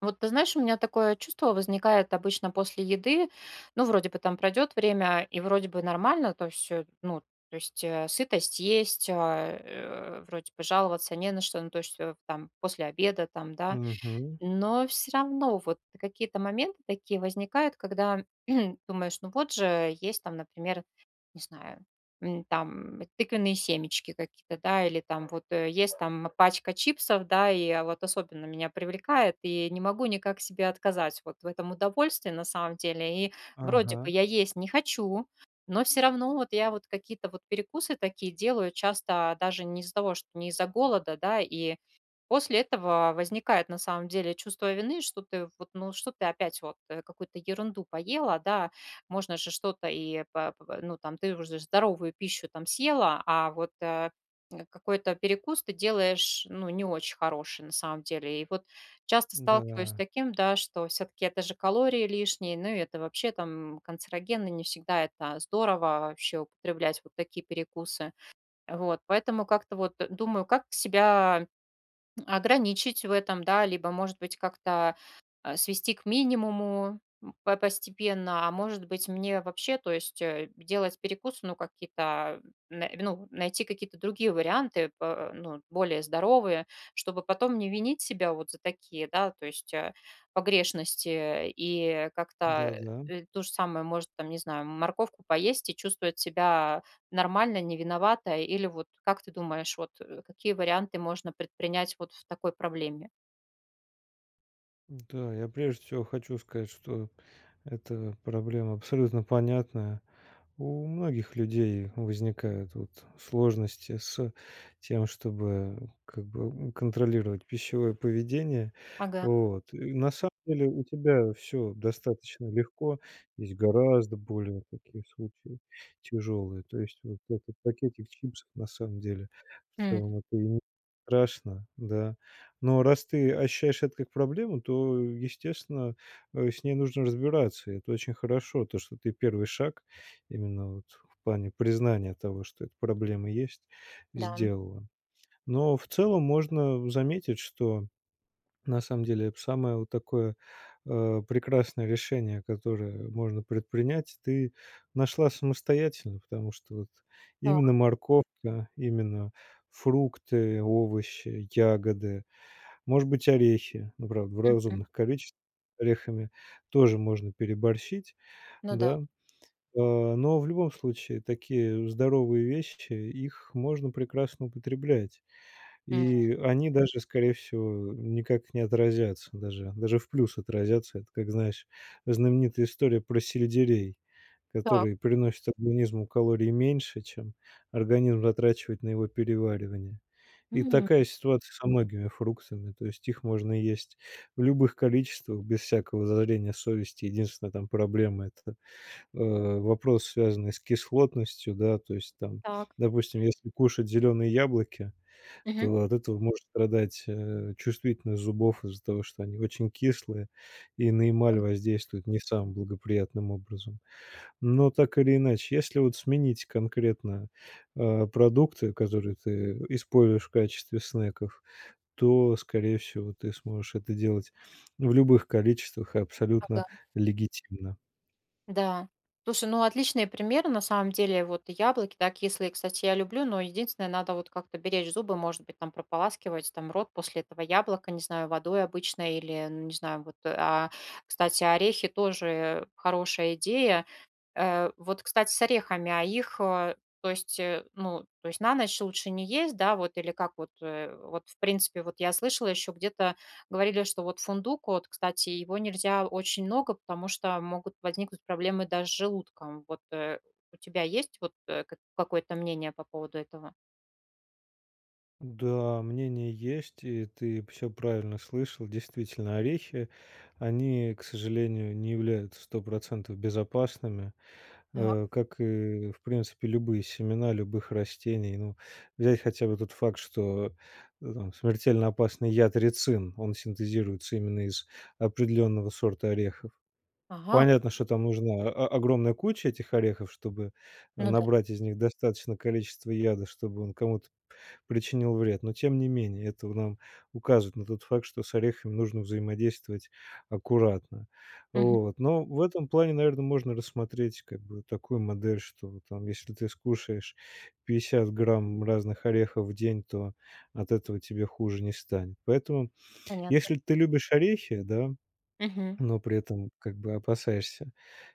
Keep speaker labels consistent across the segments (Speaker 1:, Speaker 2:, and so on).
Speaker 1: Вот ты знаешь, у меня такое чувство возникает обычно после еды. Ну, вроде бы там пройдет время, и вроде бы нормально, то есть, ну, то есть сытость есть, а, вроде бы жаловаться не на что, ну, то есть там после обеда там, да,
Speaker 2: Мгм.
Speaker 1: но все равно вот какие-то моменты такие возникают, когда думаешь, ну вот же есть там, например, не знаю, там тыквенные семечки какие-то, да, или там вот, есть там пачка чипсов, да, и, вот особенно меня привлекает, и не могу никак себе отказать вот в этом удовольствии на самом деле. И вроде бы
Speaker 2: Ага.
Speaker 1: я есть не хочу, но все равно вот я вот какие-то вот перекусы такие делаю часто даже не из-за того, что не из-за голода, да, и после этого возникает на самом деле чувство вины, что ты вот, ну, что ты опять вот какую-то ерунду поела, да, можно же что-то и, ну, там, ты уже здоровую пищу там съела, а вот какой-то перекус ты делаешь, ну, не очень хороший на самом деле. И вот часто сталкиваюсь с
Speaker 2: Да.
Speaker 1: таким, да, что все-таки это же калории лишние, ну, и это вообще там канцерогенно, не всегда это здорово вообще употреблять вот такие перекусы. Вот, поэтому как-то вот думаю, как себя ограничить в этом, да, либо, может быть, как-то свести к минимуму постепенно, а может быть, мне вообще, то есть делать перекусы, ну, какие-то, ну, найти какие-то другие варианты, ну, более здоровые, чтобы потом не винить себя вот за такие, да, то есть погрешности и как-то
Speaker 2: Да-да.
Speaker 1: то же самое, может, там, не знаю, морковку поесть и чувствовать себя нормально, не виноватая? Или вот как ты думаешь, вот, какие варианты можно предпринять вот в такой проблеме?
Speaker 2: Да, я прежде всего хочу сказать, что эта проблема абсолютно понятная. У многих людей возникают вот сложности с тем, чтобы как бы, контролировать пищевое поведение.
Speaker 1: Ага.
Speaker 2: Вот. И на самом деле у тебя все достаточно легко, есть гораздо более такие случаи тяжелые. То есть вот этот пакетик чипсов на самом деле в
Speaker 1: М,
Speaker 2: целом это и не страшно, да. Но раз ты ощущаешь это как проблему, то, естественно, с ней нужно разбираться. И это очень хорошо, то, что ты первый шаг именно вот в плане признания того, что эта проблема есть,
Speaker 1: да.
Speaker 2: сделала. Но в целом можно заметить, что на самом деле это самое вот такое, прекрасное решение, которое можно предпринять, ты нашла самостоятельно, потому что вот
Speaker 1: Так.
Speaker 2: именно морковка, именно фрукты, овощи, ягоды, может быть, орехи, ну, правда, в
Speaker 1: Мгм.
Speaker 2: разумных количествах. Орехами тоже можно переборщить,
Speaker 1: Ну да.
Speaker 2: да. Э, но в любом случае такие здоровые вещи, их можно прекрасно употреблять.
Speaker 1: М.
Speaker 2: И они даже, скорее всего, никак не отразятся, даже в плюс отразятся. Это, как знаешь, знаменитая история про сельдерей,
Speaker 1: Так.
Speaker 2: который приносит организму калорий меньше, чем организм затрачивает на его переваривание. И
Speaker 1: М.
Speaker 2: такая ситуация со многими фруктами. То есть их можно есть в любых количествах без всякого зазрения совести. Единственная там проблема — это э, вопрос, связанный с кислотностью, да, то есть там,
Speaker 1: Так.
Speaker 2: допустим, если кушать зеленые яблоки,
Speaker 1: Мгм.
Speaker 2: то от этого может страдать, чувствительность зубов из-за того, что они очень кислые и на эмаль воздействуют не самым благоприятным образом. Но так или иначе, если вот сменить конкретно, продукты, которые ты используешь в качестве снеков, то, скорее всего, ты сможешь это делать в любых количествах и абсолютно
Speaker 1: Ага.
Speaker 2: легитимно.
Speaker 1: Да. Слушай, ну отличные примеры на самом деле. Вот и яблоки, да, кислые, кстати, я люблю, но единственное, надо вот как-то беречь зубы, может быть, там прополаскивать там рот после этого яблока, не знаю, водой обычной или, ну, не знаю, вот. А, кстати, орехи тоже хорошая идея. Вот, кстати, с орехами, а их, то есть, ну, то есть на ночь лучше не есть, да, вот, или как вот, вот, в принципе, вот я слышала еще где-то говорили, что вот фундук, вот, кстати, его нельзя очень много, потому что могут возникнуть проблемы даже с желудком. Вот, у тебя есть вот, как какое-то мнение по поводу этого?
Speaker 2: Да, мнение есть, и ты все правильно слышал. Действительно, орехи, они, к сожалению, не являются 100% безопасными,
Speaker 1: Так.
Speaker 2: как и, в принципе, любые семена любых растений. Ну, взять хотя бы тот факт, что там, смертельно опасный яд рицин, он синтезируется именно из определенного сорта орехов.
Speaker 1: Ага,
Speaker 2: Понятно, что там нужна огромная куча этих орехов, чтобы
Speaker 1: ну да,
Speaker 2: набрать из них достаточно количество яда, чтобы он кому-то причинил вред. Но тем не менее, это нам указывает на тот факт, что с орехами нужно взаимодействовать аккуратно.
Speaker 1: мгм,
Speaker 2: Вот. Но в этом плане, наверное, можно рассмотреть как бы такую модель, что вот там, если ты скушаешь 50 грамм разных орехов в день, то от этого тебе хуже не станет. Поэтому,
Speaker 1: понятно.
Speaker 2: если ты любишь орехи, да,
Speaker 1: Мгм,
Speaker 2: но при этом как бы опасаешься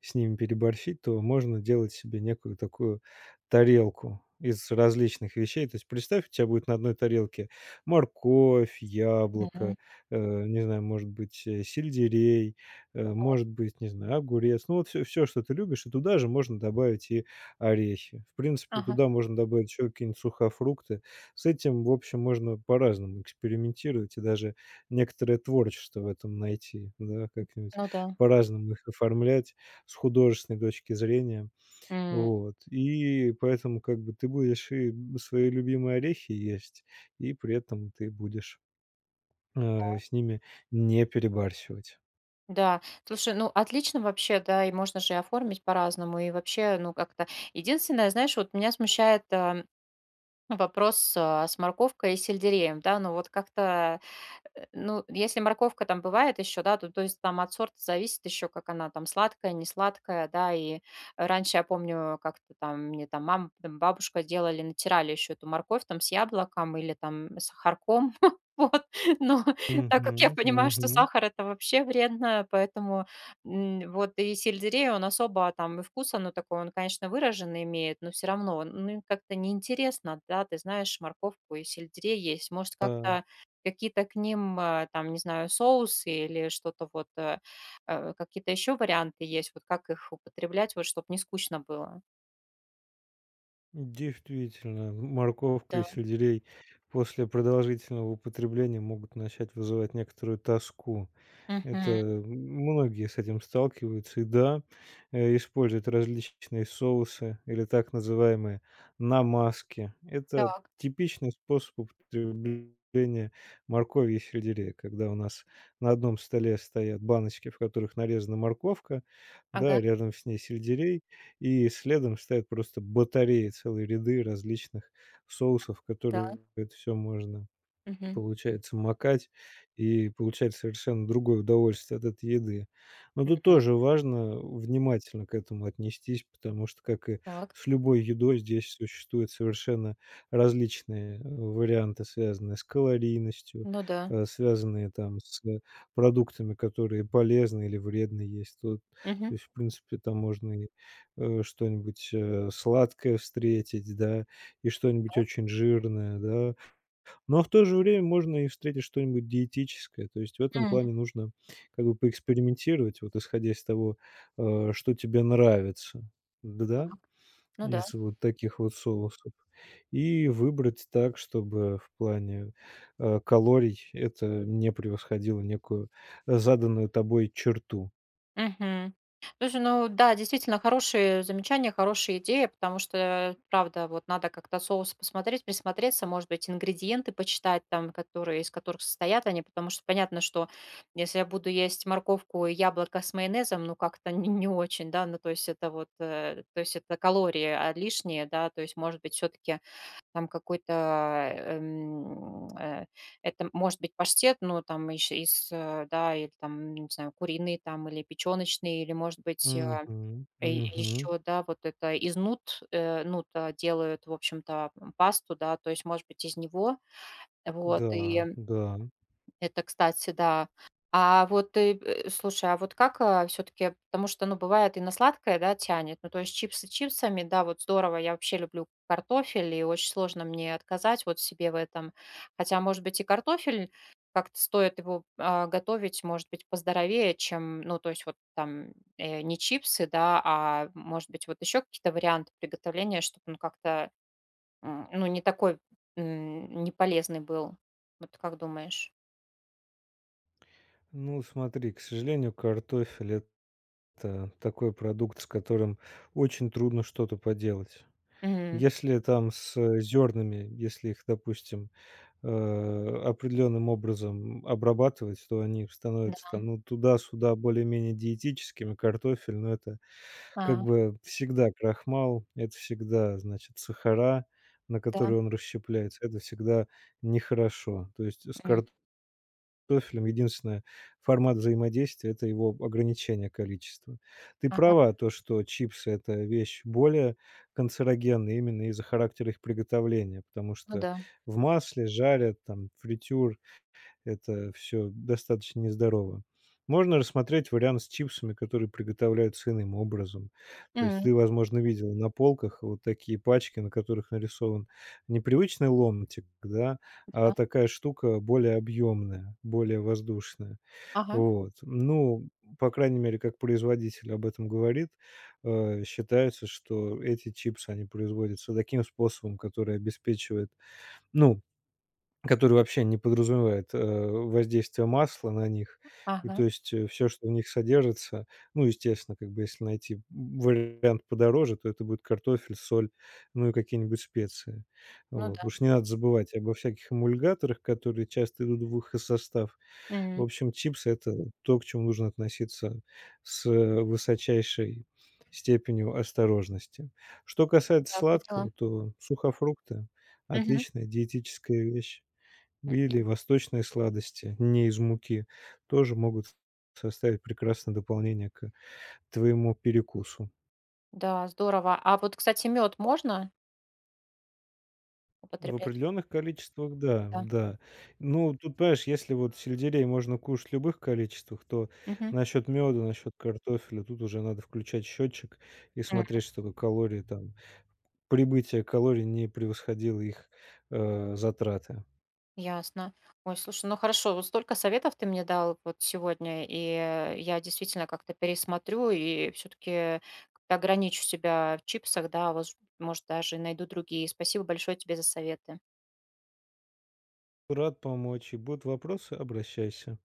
Speaker 2: с ними переборщить, то можно делать себе некую такую тарелку из различных вещей. То есть представь, у тебя будет на одной тарелке морковь,
Speaker 1: мгм.
Speaker 2: яблоко, э, не знаю, может быть, сельдерей, может быть, не знаю, огурец. Ну вот все, все, что ты любишь, и туда же можно добавить и орехи. В принципе,
Speaker 1: Ага,
Speaker 2: туда можно добавить еще какие-нибудь сухофрукты. С этим, в общем, можно по-разному экспериментировать и даже некоторое творчество в этом найти, да, как-нибудь
Speaker 1: ну да.
Speaker 2: по-разному их оформлять с художественной точки зрения. Вот. И поэтому как бы ты будешь и свои любимые орехи есть, и при этом ты будешь, с ними не перебарщивать.
Speaker 1: Да, слушай, ну отлично вообще, да, и можно же и оформить по-разному, и вообще, ну как-то. Единственное, знаешь, вот меня смущает вопрос с морковкой и сельдереем, да, ну вот как-то. Ну, если морковка там бывает еще, да, то, то есть там от сорта зависит еще, как она там сладкая, не сладкая, да, и раньше я помню, как-то там мне там мама, там бабушка делали, натирали еще эту морковь там с яблоком или там с сахарком, вот, но так как я
Speaker 2: Мгм,
Speaker 1: понимаю, что
Speaker 2: мгм.
Speaker 1: сахар это вообще вредно, поэтому вот и сельдерей, он особо там и вкус, оно такой, он, конечно, выраженный имеет, но все равно, ну, как-то неинтересно, да, ты знаешь, морковку и сельдерей есть, может,
Speaker 2: Да.
Speaker 1: как-то какие-то к ним, там, не знаю, соусы или что-то вот, какие-то еще варианты есть, вот как их употреблять, вот чтобы не скучно было?
Speaker 2: Действительно, морковка
Speaker 1: Да.
Speaker 2: и сельдерей после продолжительного употребления могут начать вызывать некоторую тоску. Это
Speaker 1: Мгм.
Speaker 2: многие с этим сталкиваются. И да, используют различные соусы или так называемые намазки. Это
Speaker 1: Так.
Speaker 2: типичный способ употребления моркови и сельдерея, когда у нас на одном столе стоят баночки, в которых нарезана морковка,
Speaker 1: Ага.
Speaker 2: да, рядом с ней сельдерей, и следом стоят просто батареи, целые ряды различных соусов,
Speaker 1: Да.
Speaker 2: которые это все можно
Speaker 1: Мгм.
Speaker 2: получается макать и получать совершенно другое удовольствие от этой еды. Но тут
Speaker 1: Мгм.
Speaker 2: тоже важно внимательно к этому отнестись, потому что, как и
Speaker 1: Так.
Speaker 2: с любой едой, здесь существуют совершенно различные варианты, связанные с калорийностью,
Speaker 1: Ну да.
Speaker 2: связанные там с продуктами, которые полезны или вредны есть. Тут,
Speaker 1: Мгм.
Speaker 2: то есть, в принципе, там можно и что-нибудь сладкое встретить, да, и что-нибудь
Speaker 1: Так.
Speaker 2: очень жирное, да, но в то же время можно и встретить что-нибудь диетическое. То есть в этом
Speaker 1: М.
Speaker 2: плане нужно как бы поэкспериментировать, вот исходя из того, что тебе нравится. Да,
Speaker 1: Так. Ну да.
Speaker 2: из вот таких вот соусов. И выбрать так, чтобы в плане, калорий это не превосходило некую, заданную тобой черту.
Speaker 1: Мгм. Слушай, ну да, действительно хорошие замечания, хорошие идеи потому что, правда, вот надо как-то соус посмотреть, присмотреться, может быть, ингредиенты почитать там, которые, из которых состоят они, потому что понятно, что если я буду есть морковку и яблоко с майонезом, ну как-то не, не очень, да, ну то есть это вот, то есть это калории лишние, да, то есть может быть все-таки там какой-то, эм, э, это может быть паштет, но там еще из, да, или там, не знаю, куриный там или печёночный, или, может быть,
Speaker 2: Мгм,
Speaker 1: э,
Speaker 2: мгм.
Speaker 1: еще, да, вот это из нут, нута делают, в общем-то, пасту, да, то есть, может быть, из него. Вот
Speaker 2: Да,
Speaker 1: и
Speaker 2: да.
Speaker 1: это, кстати, да. А вот ты, слушай, а вот как, все таки потому что, ну, бывает и на сладкое, да, тянет, ну, то есть чипсы чипсами, да, вот здорово, я вообще люблю картофель, и очень сложно мне отказать вот себе в этом. Хотя, может быть, и картофель, как-то стоит его, готовить, может быть, поздоровее, чем, ну, то есть вот там, не чипсы, да, а, может быть, вот еще какие-то варианты приготовления, чтобы он как-то, ну, не такой, не был. Вот как думаешь?
Speaker 2: Ну, смотри, к сожалению, картофель — это такой продукт, с которым очень трудно что-то поделать. Если там с зернами, если их, допустим, определенным образом обрабатывать, то они
Speaker 1: Да,
Speaker 2: становятся там, ну, туда-сюда более-менее диетическими. Картофель, но это
Speaker 1: а,
Speaker 2: как бы всегда крахмал, это всегда, значит, сахара, на
Speaker 1: да,
Speaker 2: которые он расщепляется. Это всегда нехорошо. То есть с
Speaker 1: м,
Speaker 2: картофелем. Единственное, формат взаимодействия — это его ограничение количества. Ты
Speaker 1: ага,
Speaker 2: права, то, что чипсы — это вещь более канцерогенная именно из-за характера их приготовления, потому
Speaker 1: ну
Speaker 2: что
Speaker 1: да,
Speaker 2: в масле жарят, там фритюр, это все достаточно нездорово. Можно рассмотреть вариант с чипсами, которые приготовляются иным образом. То есть
Speaker 1: м,
Speaker 2: ты, возможно, видел на полках вот такие пачки, на которых нарисован непривычный ломтик, да, а
Speaker 1: да,
Speaker 2: такая штука более объемная, более воздушная.
Speaker 1: ага,
Speaker 2: Вот. Ну, по крайней мере, как производитель об этом говорит, считается, что эти чипсы, они производятся таким способом, который обеспечивает, ну, который вообще не подразумевает, воздействие масла на них. И
Speaker 1: ага,
Speaker 2: то есть, все, что в них содержится, ну, естественно, как бы если найти вариант подороже, то это будет картофель, соль, ну и какие-нибудь специи.
Speaker 1: ну
Speaker 2: Вот.
Speaker 1: да,
Speaker 2: Потому что не надо забывать обо всяких эмульгаторах, которые часто идут в их состав.
Speaker 1: м,
Speaker 2: В общем, чипсы — это то, к чему нужно относиться с высочайшей степенью осторожности. Что касается
Speaker 1: да, поняла.
Speaker 2: сладкого, то сухофрукты —
Speaker 1: Мгм,
Speaker 2: отличная диетическая вещь.
Speaker 1: м,
Speaker 2: Или восточные сладости, не из муки, тоже могут составить прекрасное дополнение к твоему перекусу.
Speaker 1: да, здорово. А вот, кстати, мед можно
Speaker 2: В
Speaker 1: употреблять?
Speaker 2: определенных количествах, да,
Speaker 1: Да,
Speaker 2: да. Ну, тут, понимаешь, если вот сельдерей можно кушать в любых количествах, то
Speaker 1: мгм,
Speaker 2: насчет меда, насчет картофеля, тут уже надо включать счетчик и
Speaker 1: м,
Speaker 2: смотреть, чтобы калории там, прибытие калорий не превосходило их затраты.
Speaker 1: ясно. Ой, слушай, ну хорошо, вот столько советов ты мне дал вот сегодня, и я действительно как-то пересмотрю и все таки ограничу себя в чипсах, да, возж может, даже и найду другие. Спасибо большое тебе за советы.
Speaker 2: Рад помочь. И будут вопросы, обращайся.